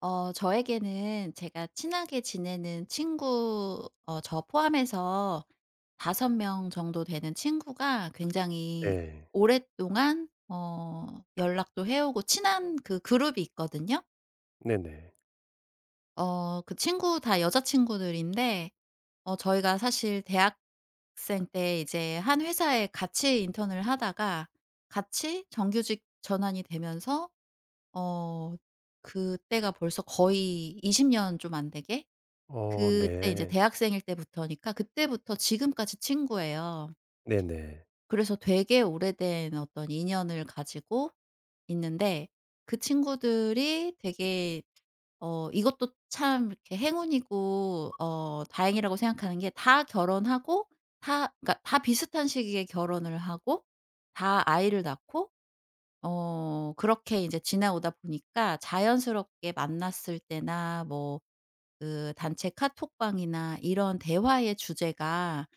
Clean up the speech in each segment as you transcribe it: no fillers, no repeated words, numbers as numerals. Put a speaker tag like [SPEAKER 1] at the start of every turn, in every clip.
[SPEAKER 1] 저에게는 제가 친하게 지내는 친구 저 포함해서 5명 정도 되는 친구가 굉장히
[SPEAKER 2] 네.
[SPEAKER 1] 오랫동안 연락도 해 오고 친한 그 그룹이 있거든요.
[SPEAKER 2] 네네.
[SPEAKER 1] 그 친구 다 여자 친구들인데 저희가 사실 대학생 때 이제 한 회사에 같이 인턴을 하다가 같이 정규직 전환이 되면서 어 그때가 벌써 거의 20년 좀 안 되게, 그때 이제
[SPEAKER 2] 네.
[SPEAKER 1] 대학생일 때부터니까 그때부터 지금까지 친구예요.
[SPEAKER 2] 네네.
[SPEAKER 1] 그래서 되게 오래된 어떤 인연을 가지고 있는데, 그 친구들이 되게 이것도 참 이렇게 행운이고 다행이라고 생각하는 게, 다 결혼하고 다 그러니까 다 비슷한 시기에 결혼을 하고 다 아이를 낳고 그렇게 이제 지나오다 보니까 자연스럽게 만났을 때나 뭐 그 단체 카톡방이나 이런 대화의 주제가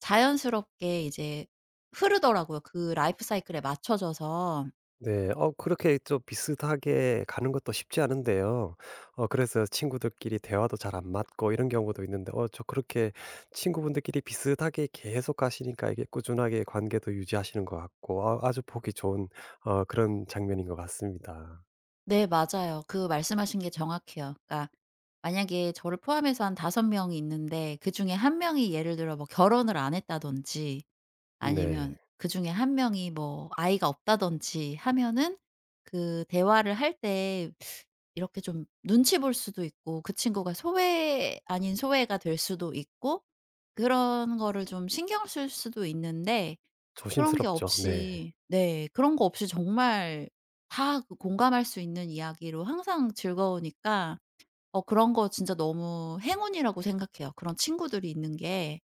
[SPEAKER 1] 자연스럽게 이제 흐르더라고요, 그 라이프 사이클에 맞춰져서.
[SPEAKER 2] 네. 그렇게 좀 비슷하게 가는 것도 쉽지 않은데요. 그래서 친구들끼리 대화도 잘 안 맞고 이런 경우도 있는데 저 그렇게 친구분들끼리 비슷하게 계속 가시니까 이게 꾸준하게 관계도 유지하시는 것 같고 아 아주 보기 좋은 그런 장면인 것 같습니다.
[SPEAKER 1] 네, 맞아요. 그 말씀하신 게 정확해요. 그러니까 만약에 저를 포함해서 한 5 명이 있는데 그중에 한 명이 예를 들어 뭐 결혼을 안 했다든지, 아니면
[SPEAKER 2] 네.
[SPEAKER 1] 그중에 한 명이 뭐 아이가 없다든지 하면은, 그 대화를 할 때 이렇게 좀 눈치 볼 수도 있고 그 친구가 소외 아닌 소외가 될 수도 있고 그런 거를 좀 신경 쓸 수도 있는데, 그런 게
[SPEAKER 2] 조심스럽죠. 네.
[SPEAKER 1] 없이, 네, 그런 거 없이 정말 다그 공감할 수 있는 이야기로 항상 즐거우니까 그런 거 진짜 너무 행운이라고 생각해요, 그런 친구들이 있는 게.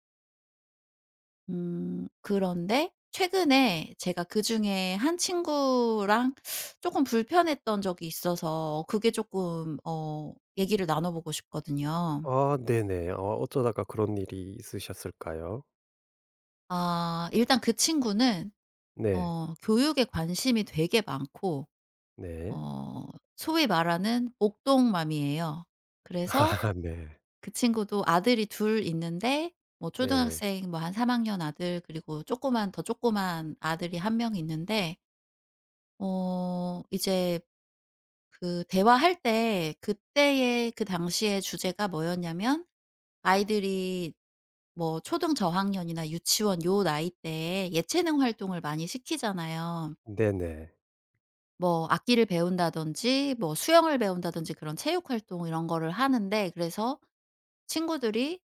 [SPEAKER 1] 그런데 최근에 제가 그중에 한 친구랑 조금 불편했던 적이 있어서 그게 조금 얘기를 나눠 보고 싶거든요.
[SPEAKER 2] 아 네네. 어쩌다가 그런 일이 있으셨을까요?
[SPEAKER 1] 아, 일단 그 친구는
[SPEAKER 2] 네.
[SPEAKER 1] 교육에 관심이 되게 많고
[SPEAKER 2] 네.
[SPEAKER 1] 어 소위 말하는 목동맘이에요. 그래서
[SPEAKER 2] 아 네.
[SPEAKER 1] 그 친구도 아들이 둘 있는데 뭐
[SPEAKER 2] 네.
[SPEAKER 1] 초등학생 뭐 한 3 학년 아들, 그리고 조그만 더 조그만 아들이 한 명 있는데 이제 그 대화할 때, 그때의 그 당시의 주제가 뭐였냐면 아이들이 뭐 초등 저학년이나 유치원 요 나이 때에 예체능 활동을 많이 시키잖아요.
[SPEAKER 2] 네네.
[SPEAKER 1] 뭐 악기를 배운다든지 뭐 수영을 배운다든지 그런 체육 활동 이런 거를 하는데, 그래서 친구들이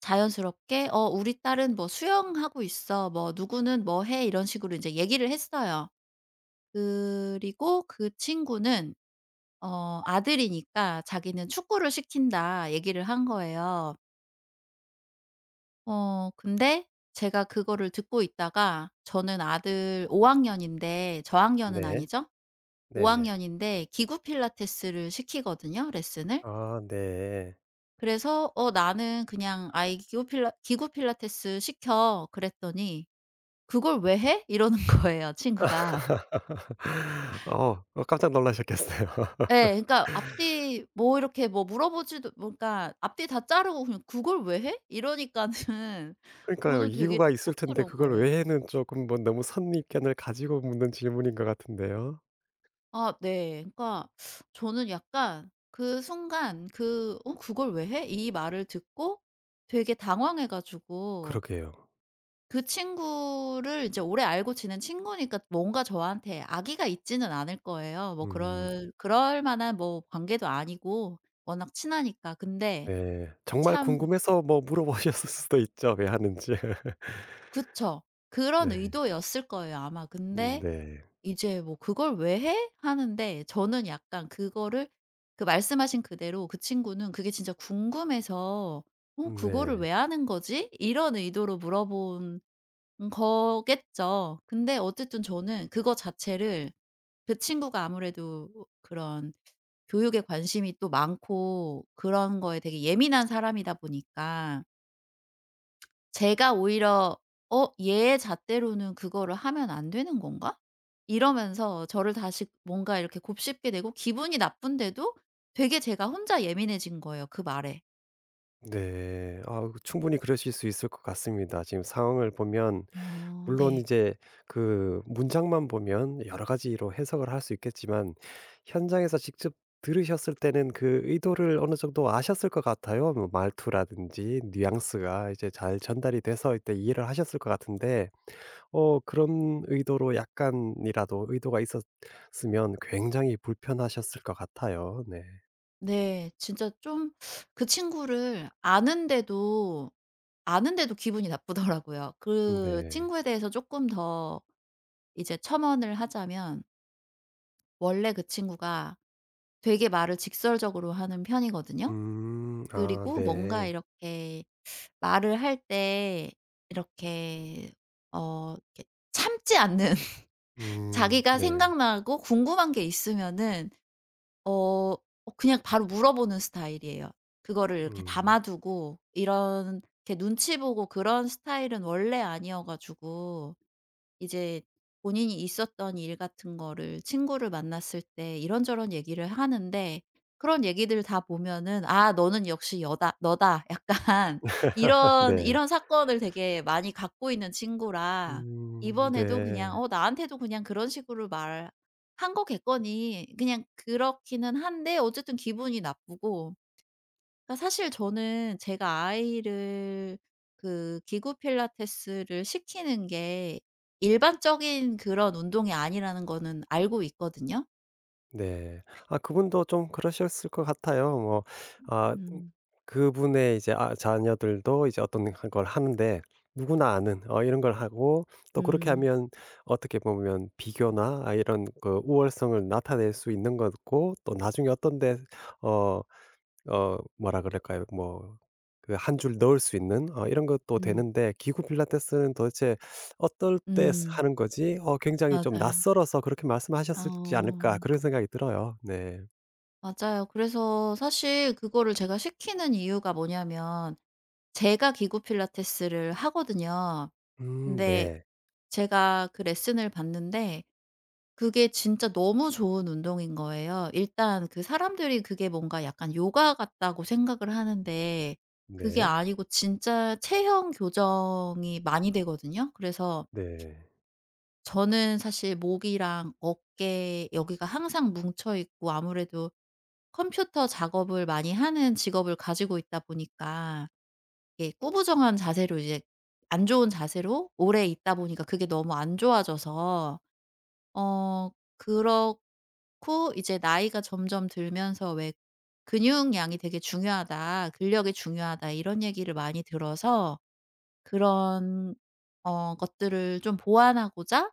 [SPEAKER 1] 자연스럽게 "어, 우리 딸은 뭐 수영하고 있어." 뭐 "누구는 뭐 해." 이런 식으로 이제 얘기를 했어요. 그리고 그 친구는 아들이니까 자기는 "축구를 시킨다." 얘기를 한 거예요. 근데 제가 그거를 듣고 있다가, 저는 아들 5 학년인데 저학년은
[SPEAKER 2] 네.
[SPEAKER 1] 아니죠. 5
[SPEAKER 2] 네네.
[SPEAKER 1] 학년인데 기구 필라테스를 시키거든요, 레슨을.
[SPEAKER 2] 아 네.
[SPEAKER 1] 그래서 "어, 나는 그냥 아이 기구 필라테스 시켜." 그랬더니 "그걸 왜 해?" 이러는 거예요, 친구가.
[SPEAKER 2] 어. 깜짝 놀라셨겠어요.
[SPEAKER 1] 예. 그러니까 앞뒤 뭐 이렇게 뭐 물어보지도 뭐 그러니까 앞뒤 다 자르고 그냥 "그걸 왜 해?" 이러니까는
[SPEAKER 2] 그러니까요.
[SPEAKER 1] 저는 되게
[SPEAKER 2] 이유가
[SPEAKER 1] 당황
[SPEAKER 2] 있을
[SPEAKER 1] 스
[SPEAKER 2] 텐데
[SPEAKER 1] 러운
[SPEAKER 2] 그걸
[SPEAKER 1] 거예요.
[SPEAKER 2] 왜는 조금 뭐 너무 선입견을 가지고 묻는 질문인 것 같은데요.
[SPEAKER 1] 아, 네. 그러니까 저는 약간 그 순간 그 "어, 그걸 왜 해?" 이 말을 듣고 되게 당황해 가지고,
[SPEAKER 2] 그러게요.
[SPEAKER 1] 그 친구를 이제 오래 알고 지낸 친구니까 뭔가 저한테 악의가 있지는 않을 거예요. 뭐
[SPEAKER 2] 음,
[SPEAKER 1] 그럴 만한 뭐 관계도 아니고 워낙 친하니까. 근데
[SPEAKER 2] 네. 정말
[SPEAKER 1] 참,
[SPEAKER 2] 궁금해서 뭐 물어보셨을 수도 있죠, 왜 하는지.
[SPEAKER 1] 그쵸. 그런
[SPEAKER 2] 네.
[SPEAKER 1] 의도였을 거예요 아마. 근데
[SPEAKER 2] 네.
[SPEAKER 1] 이제 뭐 "그걸 왜 해?" 하는데 저는 약간 그거를, 그 말씀하신 그대로 그 친구는 그게 진짜 궁금해서 '어, 그거를
[SPEAKER 2] 네.
[SPEAKER 1] 왜 하는 거지?' 이런 의도로 물어본 거겠죠. 근데 어쨌든 저는 그거 자체를, 그 친구가 아무래도 그런 교육에 관심이 또 많고 그런 거에 되게 예민한 사람이다 보니까 제가 오히려 '어, 얘의 잣대로는 그거를 하면 안 되는 건가?' 이러면서 저를 다시 뭔가 이렇게 곱씹게 되고, 기분이 나쁜데도 되게 제가 혼자 예민해진 거예요, 그 말에.
[SPEAKER 2] 네. 아 충분히 그러실 수 있을 것 같습니다. 지금 상황을 보면
[SPEAKER 1] 어,
[SPEAKER 2] 물론
[SPEAKER 1] 네.
[SPEAKER 2] 이제 그 문장만 보면 여러 가지로 해석을 할 수 있겠지만 현장에서 직접 들으셨을 때는 그 의도를 어느 정도 아셨을 것 같아요. 뭐 말투라든지 뉘앙스가 이제 잘 전달이 돼서 이때 이해를 하셨을 것 같은데 그런 의도로 약간이라도 의도가 있었으면 굉장히 불편하셨을 것 같아요. 네.
[SPEAKER 1] 네. 진짜 좀 그 친구를 아는데도, 아는데도 기분이 나쁘더라고요. 그
[SPEAKER 2] 네.
[SPEAKER 1] 친구에 대해서 쪼끔 더 이제 첨언을 하자면, 원래 그 친구가 되게 말을 직설적으로 하는 편이거든요.
[SPEAKER 2] 음. 아
[SPEAKER 1] 그리고 뭔가
[SPEAKER 2] 네.
[SPEAKER 1] 이렇게 말을 할 때 이렇게 어 이렇게 참지 않는
[SPEAKER 2] 음.
[SPEAKER 1] 자기가
[SPEAKER 2] 네.
[SPEAKER 1] 생각나고 궁금한 게 있으면은 어 그냥 바로 물어보는 스타일이에요. 그거를 이렇게
[SPEAKER 2] 음.
[SPEAKER 1] 담아 두고 이런 이렇게 눈치 보고 그런 스타일은 원래 아니어 가지고 이제 본인이 있었던 일 같은 거를 친구를 만났을 때 이런저런 얘기를 하는데, 그런 얘기들 다 보면은 '아, 너는 역시 여다 너다.' 약간
[SPEAKER 2] 네.
[SPEAKER 1] 이런 사건을 되게 많이 갖고 있는 친구라
[SPEAKER 2] 음.
[SPEAKER 1] 이번에도 그냥
[SPEAKER 2] 네.
[SPEAKER 1] 나한테도 그냥 그런 식으로 말한 거겠거니, 그냥 그렇기는 한데 어쨌든 기분이 나쁘고. 그러니까 사실 저는 제가 아이를 그 기구 필라테스를 시키는 게 일반적인 그런 운동이 아니라는 거는 알고 있거든요.
[SPEAKER 2] 네. 아 그분도 좀 그러셨을 것 같아요. 뭐 아
[SPEAKER 1] 음.
[SPEAKER 2] 그분의 이제 아 자녀들도 이제 어떤 걸 하는데 누구나 아는 이런 걸 하고 또 그렇게
[SPEAKER 1] 음.
[SPEAKER 2] 하면 어떻게 보면 비교나 아 이런 그 우월성을 나타낼 수 있는 거고 또 나중에 어떤 데어 뭐라 그럴까요? 뭐 그 한 줄 넣을 수 있는 이런 것도
[SPEAKER 1] 음.
[SPEAKER 2] 되는데 기구 필라테스는 도대체 어떨 때
[SPEAKER 1] 음.
[SPEAKER 2] 하는 거지 굉장히 좀
[SPEAKER 1] 맞아요.
[SPEAKER 2] 낯설어서 그렇게 말씀하셨을지 않을까
[SPEAKER 1] 어.
[SPEAKER 2] 그런 생각이 들어요. 네.
[SPEAKER 1] 맞아요. 그래서 사실 그거를 제가 시키는 이유가 뭐냐면, 제가 기구 필라테스를 하거든요. 근데
[SPEAKER 2] 네.
[SPEAKER 1] 제가 그 레슨을 받는데 그게 진짜 너무 좋은 운동인 거예요. 일단 그 사람들이 그게 뭔가 약간 요가 같다고 생각을 하는데, 그게
[SPEAKER 2] 네.
[SPEAKER 1] 아니고 진짜 체형 교정이 많이 되거든요. 그래서
[SPEAKER 2] 네.
[SPEAKER 1] 저는 사실 목이랑 어깨 여기가 항상 뭉쳐 있고, 아무래도 컴퓨터 작업을 많이 하는 직업을 가지고 있다 보니까 이게 꾸부정한 자세로 이제 안 좋은 자세로 오래 있다 보니까 그게 너무 안 좋아져서. 어 그렇고 이제 나이가 점점 들면서 왜 "근육량이 되게 중요하다. 근력이 중요하다." 이런 얘기를 많이 들어서 그런 어 것들을 좀 보완하고자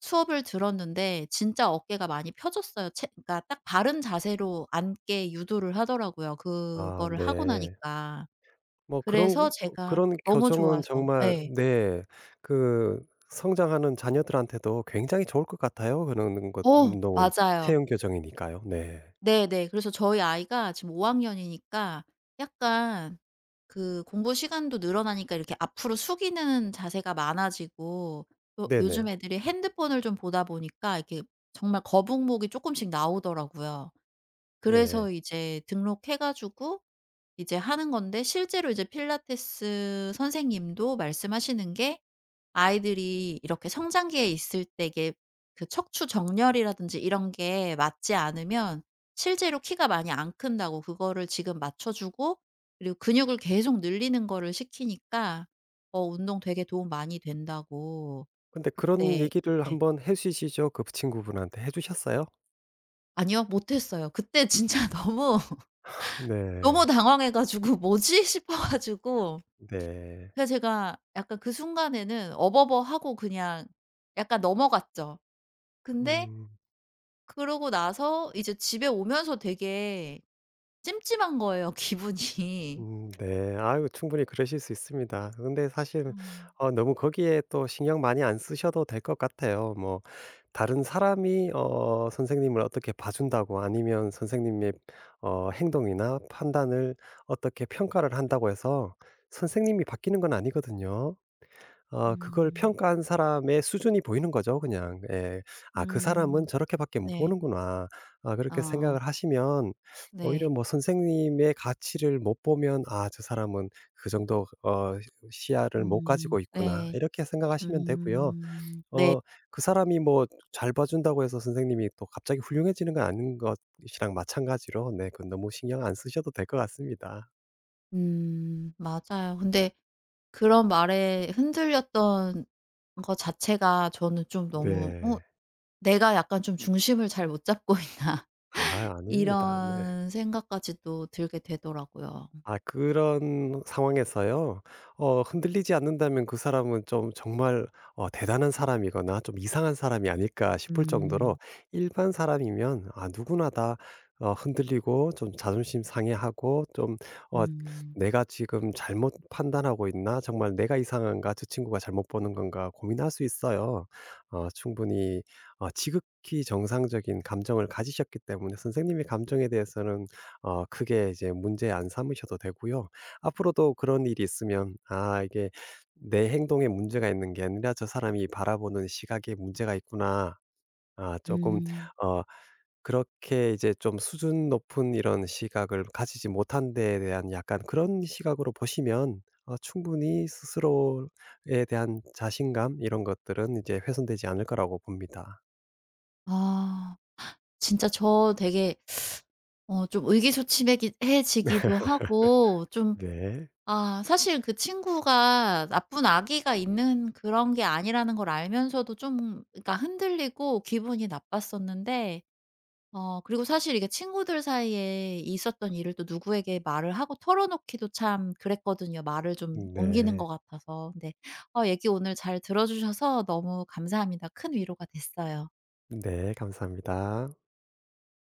[SPEAKER 1] 수업을 들었는데 진짜 어깨가 많이 펴졌어요. 체 그러니까 딱 바른 자세로 앉게 유도를 하더라고요,
[SPEAKER 2] 아
[SPEAKER 1] 그거를 하고
[SPEAKER 2] 네.
[SPEAKER 1] 나니까.
[SPEAKER 2] 뭐
[SPEAKER 1] 그래서
[SPEAKER 2] 그런
[SPEAKER 1] 제가
[SPEAKER 2] 그런
[SPEAKER 1] 너무
[SPEAKER 2] 교정은
[SPEAKER 1] 좋아서,
[SPEAKER 2] 정말
[SPEAKER 1] 예.
[SPEAKER 2] 네 그 성장하는 자녀들한테도 굉장히 좋을 것 같아요. 그런 것
[SPEAKER 1] 어,
[SPEAKER 2] 운동은
[SPEAKER 1] 맞아요.
[SPEAKER 2] 체형 교정이니까요. 네.
[SPEAKER 1] 네네. 그래서 저희 아이가 지금 5 학년이니까 약간 그 공부 시간도 늘어나니까 이렇게 앞으로 숙이는 자세가 많아지고, 또 요즘
[SPEAKER 2] 네네.
[SPEAKER 1] 애들이 핸드폰을 좀 보다 보니까 이렇게 정말 거북목이 조금씩 나오더라고요.
[SPEAKER 2] 네.
[SPEAKER 1] 그래서 이제 등록해 가지고 이제 하는 건데, 실제로 이제 필라테스 선생님도 말씀하시는 게 아이들이 이렇게 성장기에 있을 때 이게 그 척추 정렬이라든지 이런 게 맞지 않으면 실제로 키가 많이 안 큰다고. 그거를 지금 맞춰 주고 그리고 근육을 계속 늘리는 거를 시키니까 운동 되게 도움 많이 된다고.
[SPEAKER 2] 근데 그런
[SPEAKER 1] 그때
[SPEAKER 2] 얘기를
[SPEAKER 1] 예.
[SPEAKER 2] 한번 해 주시죠. 그 친구분한테 해 주셨어요?
[SPEAKER 1] 아니요. 못 했어요. 그때 진짜 너무, 너무
[SPEAKER 2] 네.
[SPEAKER 1] 당황해 가지고 '뭐지?' 싶어 가지고
[SPEAKER 2] 네.
[SPEAKER 1] 그래서 제가 약간 그 순간에는 '어버버.' 하고 그냥 약간 넘어갔죠. 근데
[SPEAKER 2] 음.
[SPEAKER 1] 그러고 나서 이제 집에 오면서 되게 찜찜한 거예요 기분이.
[SPEAKER 2] 네. 아유 충분히 그러실 수 있습니다. 근데 사실
[SPEAKER 1] 아.
[SPEAKER 2] 너무 거기에 또 신경 많이 안 쓰셔도 될 것 같아요. 뭐 다른 사람이 선생님을 어떻게 봐준다고 아니면 선생님의 행동이나 판단을 어떻게 평가를 한다고 해서 선생님이 바뀌는 건 아니거든요.
[SPEAKER 1] 음.
[SPEAKER 2] 그걸
[SPEAKER 1] 음.
[SPEAKER 2] 평가한 사람의 수준이 보이는 거죠 그냥. 예. '아 그 사람은
[SPEAKER 1] 음.
[SPEAKER 2] 저렇게밖에 못
[SPEAKER 1] 네.
[SPEAKER 2] 보는구나.' 아 그렇게
[SPEAKER 1] 어.
[SPEAKER 2] 생각을 하시면 오히려
[SPEAKER 1] 네.
[SPEAKER 2] 뭐 선생님의 가치를 못 보면 '아 저 사람은 그 정도 시야를 못
[SPEAKER 1] 음.
[SPEAKER 2] 가지고 있구나.'
[SPEAKER 1] 네.
[SPEAKER 2] 이렇게 생각하시면 되고요.
[SPEAKER 1] 음. 네.
[SPEAKER 2] 어 그 사람이 뭐 잘 봐 준다고 해서 선생님이 또 갑자기 훌륭해지는 건 아닌 것이랑 마찬가지로 네 그 너무 신경 안 쓰셔도 될 것 같습니다.
[SPEAKER 1] 음. 맞아요. 근데 그런 말에 흔들렸던 거 자체가 저는 좀 너무 '어,
[SPEAKER 2] 네.
[SPEAKER 1] 내가 약간 좀 중심을 잘 못 잡고 있나.'
[SPEAKER 2] 아 아닙니다. 네.
[SPEAKER 1] 이런 생각까지도 들게 되더라고요.
[SPEAKER 2] 아 그런 상황에서요. 흔들리지 않는다면 그 사람은 좀 정말 대단한 사람이거나 좀 이상한 사람이 아닐까 싶을 정도로
[SPEAKER 1] 음.
[SPEAKER 2] 일반 사람이면 아 누구나 다 흔들리고 좀 자존심 상해하고 좀 어
[SPEAKER 1] 음.
[SPEAKER 2] '내가 지금 잘못 판단하고 있나? 정말 내가 이상한가? 저 친구가 잘못 보는 건가?' 고민할 수 있어요. 충분히 지극히 정상적인 감정을 가지셨기 때문에 선생님의 감정에 대해서는 크게 이제 문제 안 삼으셔도 되고요. 앞으로도 그런 일이 있으면 '아 이게 내 행동에 문제가 있는 게 아니라 저 사람이 바라보는 시각에 문제가 있구나.' 아 조금
[SPEAKER 1] 음.
[SPEAKER 2] 어 그렇게 이제 좀 수준 높은 이런 시각을 가지지 못한 데에 대한 약간 그런 시각으로 보시면 충분히 스스로에 대한 자신감 이런 것들은 이제 훼손되지 않을 거라고 봅니다.
[SPEAKER 1] 아. 진짜 저 되게 좀 의기소침해지기도 하고 좀.
[SPEAKER 2] 네.
[SPEAKER 1] 아, 사실 그 친구가 나쁜 악의가 있는 그런 게 아니라는 걸 알면서도 좀 그러니까 흔들리고 기분이 나빴었는데. 그리고 사실 이게 친구들 사이에 있었던 일을 또 누구에게 말을 하고 털어놓기도 참 그랬거든요, 말을 좀 옮기는
[SPEAKER 2] 네.
[SPEAKER 1] 것 같아서. 근데 얘기 오늘 잘 들어 주셔서 너무 감사합니다. 큰 위로가 됐어요.
[SPEAKER 2] 네. 감사합니다.